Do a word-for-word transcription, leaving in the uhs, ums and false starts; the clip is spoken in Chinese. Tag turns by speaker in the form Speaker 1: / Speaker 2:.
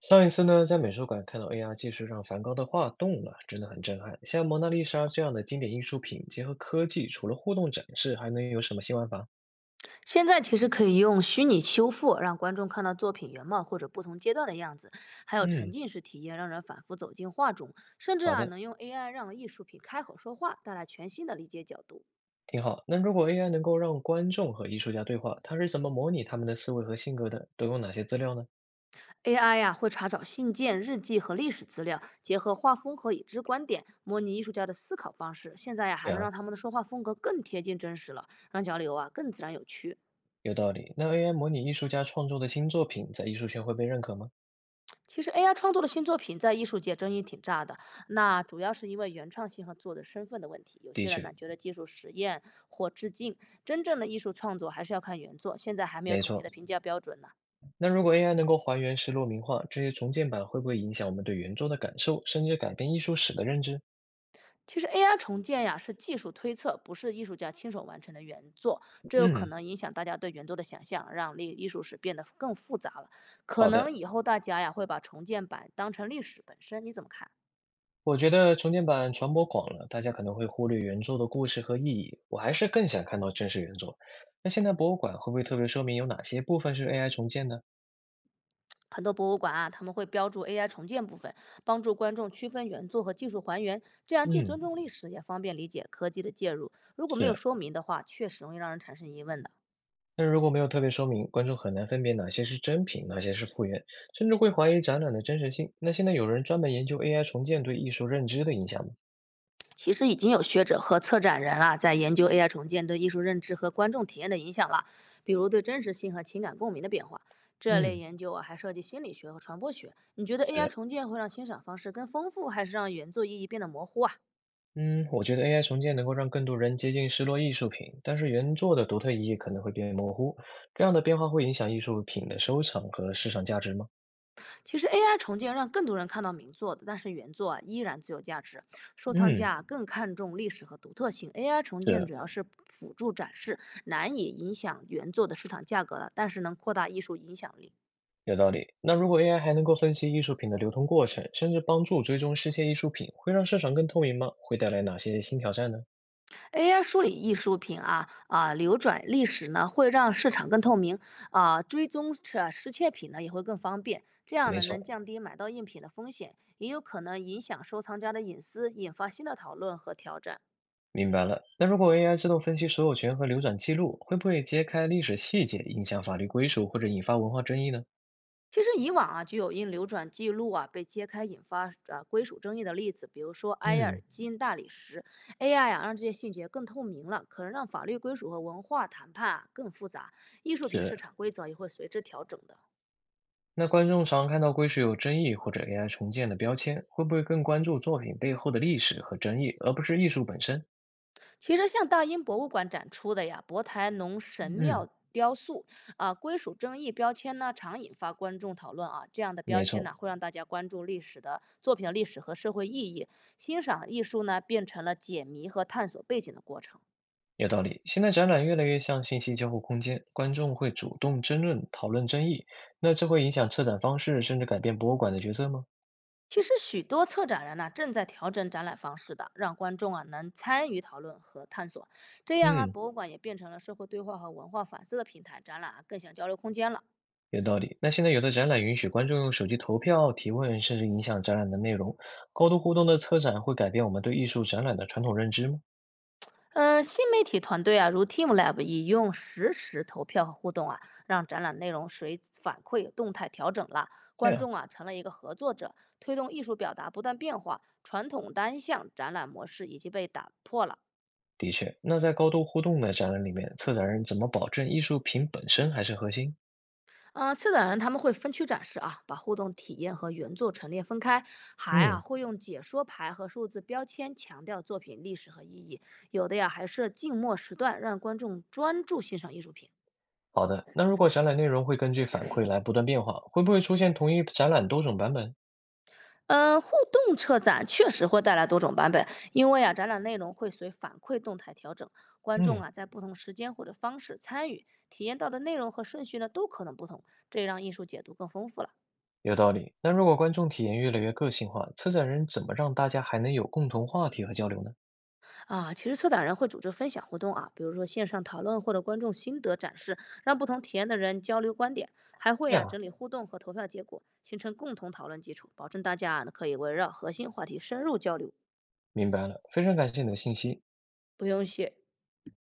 Speaker 1: 上一次呢，在美术馆看到 A R 技术让梵高的画动了，真的很震撼。像蒙娜丽莎这样的经典艺术品，结合科技，除了互动展示，还能有什么新玩法？
Speaker 2: 现在其实可以用虚拟修复，让观众看到作品原貌或者不同阶段的样子，还有沉
Speaker 1: 嗯，
Speaker 2: 浸式体验，让人反复走进画中，甚至
Speaker 1: 好
Speaker 2: 啊
Speaker 1: 的，
Speaker 2: 能用 A I 让艺术品开口说话，带来全新的理解角度。
Speaker 1: 挺好。那如果 A I 能够让观众和艺术家对话，它是怎么模拟他们的思维和性格的？都用哪些资料呢？
Speaker 2: A I 呀、会查找信件、日记和历史资料，结合画风和已知观点，模拟艺术家的思考方式。现在呀、还能
Speaker 1: 呀，
Speaker 2: 让他们的说话风格更贴近真实了，让交流啊更自然有趣。
Speaker 1: 有道理。那 A I 模拟艺术家创作的新作品，在艺术圈会被认可吗？
Speaker 2: 其实 A I 创作的新作品在艺术界争议挺大的，那主要是因为原创性和作者身份的问题。有
Speaker 1: 的
Speaker 2: 些人
Speaker 1: 确，
Speaker 2: 呢觉得技术实验或致敬，真正的艺术创作还是要看原作，现在还没有
Speaker 1: 没
Speaker 2: 统一
Speaker 1: 错。
Speaker 2: 的评价标准呢。
Speaker 1: 那如果 A I 能够还原失落名画，这些重建版会不会影响我们对原作的感受，甚至改变艺术史的认知？
Speaker 2: 其实 A I 重建呀是技术推测，不是艺术家亲手完成的原作，这有可
Speaker 1: 嗯。
Speaker 2: 能影响大家对原作的想象，让历艺术史变得更复杂了。可
Speaker 1: 好
Speaker 2: 能
Speaker 1: 的，
Speaker 2: 以后大家呀会把重建版当成历史本身，你怎么看？
Speaker 1: 我觉得重建版传播广了，大家可能会忽略原著的故事和意义。我还是更想看到真实原作。那现在博物馆会不会特别说明有哪些部分是 A I 重建呢？
Speaker 2: 很多博物馆啊，他们会标注 A I 重建部分，帮助观众区分原作和技术还原，这样既
Speaker 1: 嗯，
Speaker 2: 尊重历史，也方便理解科技的介入。如果没有
Speaker 1: 是。
Speaker 2: 说明的话，确实容易让人产生疑问的。
Speaker 1: 那如果没有特别说明，观众很难分别哪些是真品，哪些是复原，甚至会怀疑展览的真实性。那现在有人专门研究 A I 重建对艺术认知的影响吗？
Speaker 2: 其实已经有学者和策展人啊，在研究 A I 重建对艺术认知和观众体验的影响了，比如对真实性和情感共鸣的变化。这类
Speaker 1: 嗯，
Speaker 2: 研究啊，还涉及心理学和传播学。你觉得 A I
Speaker 1: 是。
Speaker 2: 重建会让欣赏方式更丰富，还是让原作意义变得模糊啊？
Speaker 1: 嗯，我觉得 A I 重建能够让更多人接近失落艺术品，但是原作的独特意义可能会变模糊。这样的变化会影响艺术品的收藏和市场价值吗？
Speaker 2: 其实 A I 重建让更多人看到名作的，但是原作啊依然最有价值。收藏
Speaker 1: 嗯，
Speaker 2: 家啊更看重历史和独特性，A I 重建
Speaker 1: 是，
Speaker 2: 主要是辅助展示，难以影响原作的市场价格了，但是能扩大艺术影响力。
Speaker 1: 有道理。那如果 A I 还能够分析艺术品的流通过程，甚至帮助追踪失窃艺术品，会让市场更透明吗？会带来哪些新挑战呢？
Speaker 2: A I 梳理艺术品啊啊、流转历史呢，会让市场更透明啊、追踪者失窃品呢也会更方便。这样
Speaker 1: 没
Speaker 2: 呢，能
Speaker 1: 错，
Speaker 2: 降低买到赝品的风险，也有可能影响收藏家的隐私，引发新的讨论和挑战。
Speaker 1: 明白了。那如果 A I 自动分析所有权和流转记录，会不会揭开历史细节，影响法律归属或者引发文化争议呢？
Speaker 2: 其实以往啊，就有因流转记录啊被揭开，引发啊归属争议的例子，比如说埃尔
Speaker 1: 嗯，
Speaker 2: 金大理石，A I 啊让这些细节更透明了，可能让法律归属和文化谈判啊更复杂，艺术品市
Speaker 1: 是。
Speaker 2: 场规则也会随之调整的。
Speaker 1: 那观众常看到归属有争议或者 A I 重建的标签，会不会更关注作品背后的历史和争议，而不是艺术本身？
Speaker 2: 其实像大英博物馆展出的呀，博台农神
Speaker 1: 嗯，
Speaker 2: 庙。雕塑啊，归属争议标签呢，常引发观众讨论啊。这样的标
Speaker 1: 没
Speaker 2: 签呢，
Speaker 1: 错，
Speaker 2: 会让大家关注历史的作品的历史和社会意义，欣赏艺术呢，变成了解谜和探索背景的过程。
Speaker 1: 有道理。现在展览越来越像信息交互空间，观众会主动争论、讨论争议，那这会影响策展方式，甚至改变博物馆的角色吗？
Speaker 2: 其实许多策展人呢、正在调整展览方式的，让观众啊能参与讨论和探索。这样啊，
Speaker 1: 嗯，
Speaker 2: 博物馆也变成了社会对话和文化反思的平台，展览啊更像交流空间了。
Speaker 1: 有道理。那现在有的展览允许观众用手机投票、提问，甚至影响展览的内容。高度互动的策展会改变我们对艺术展览的传统认知吗？
Speaker 2: 嗯，新媒体团队啊，如 TeamLab 也用实时投票和互动啊，让展览内容随反馈动态调整了，
Speaker 1: 这
Speaker 2: 观
Speaker 1: 样。
Speaker 2: 众啊成了一个合作者，推动艺术表达不断变化，传统单向展览模式已经被打破了。
Speaker 1: 的确，那在高度互动的展览里面，策展人怎么保证艺术品本身还是核心？
Speaker 2: 嗯，策展人他们会分区展示啊，把互动体验和原作陈列分开，还啊
Speaker 1: 嗯，
Speaker 2: 会用解说牌和数字标签强调作品历史和意义，有的呀还设静默时段，让观众专注欣赏艺术品。
Speaker 1: 好的。那如果展览内容会根据反馈来不断变化，会不会出现同一展览多种版本？
Speaker 2: 嗯，互动策展确实会带来多种版本，因为啊展览内容会随反馈动态调整，观众
Speaker 1: 嗯，
Speaker 2: 啊在不同时间或者方式参与，体验到的内容和顺序呢都可能不同，这也让艺术解读更丰富了。
Speaker 1: 有道理。那如果观众体验越来越个性化，策展人怎么让大家还能有共同话题和交流呢？
Speaker 2: 啊，其实策展人会组织分享活动啊，比如说线上讨论或者观众心得展示，让不同体验的人交流观点，还
Speaker 1: 这
Speaker 2: 会啊
Speaker 1: 样啊，
Speaker 2: 整理互动和投票结果，形成共同讨论基础，保证大家呢可以围绕核心话题深入交流，
Speaker 1: 明白了，非常感谢你的信息。
Speaker 2: 不用谢。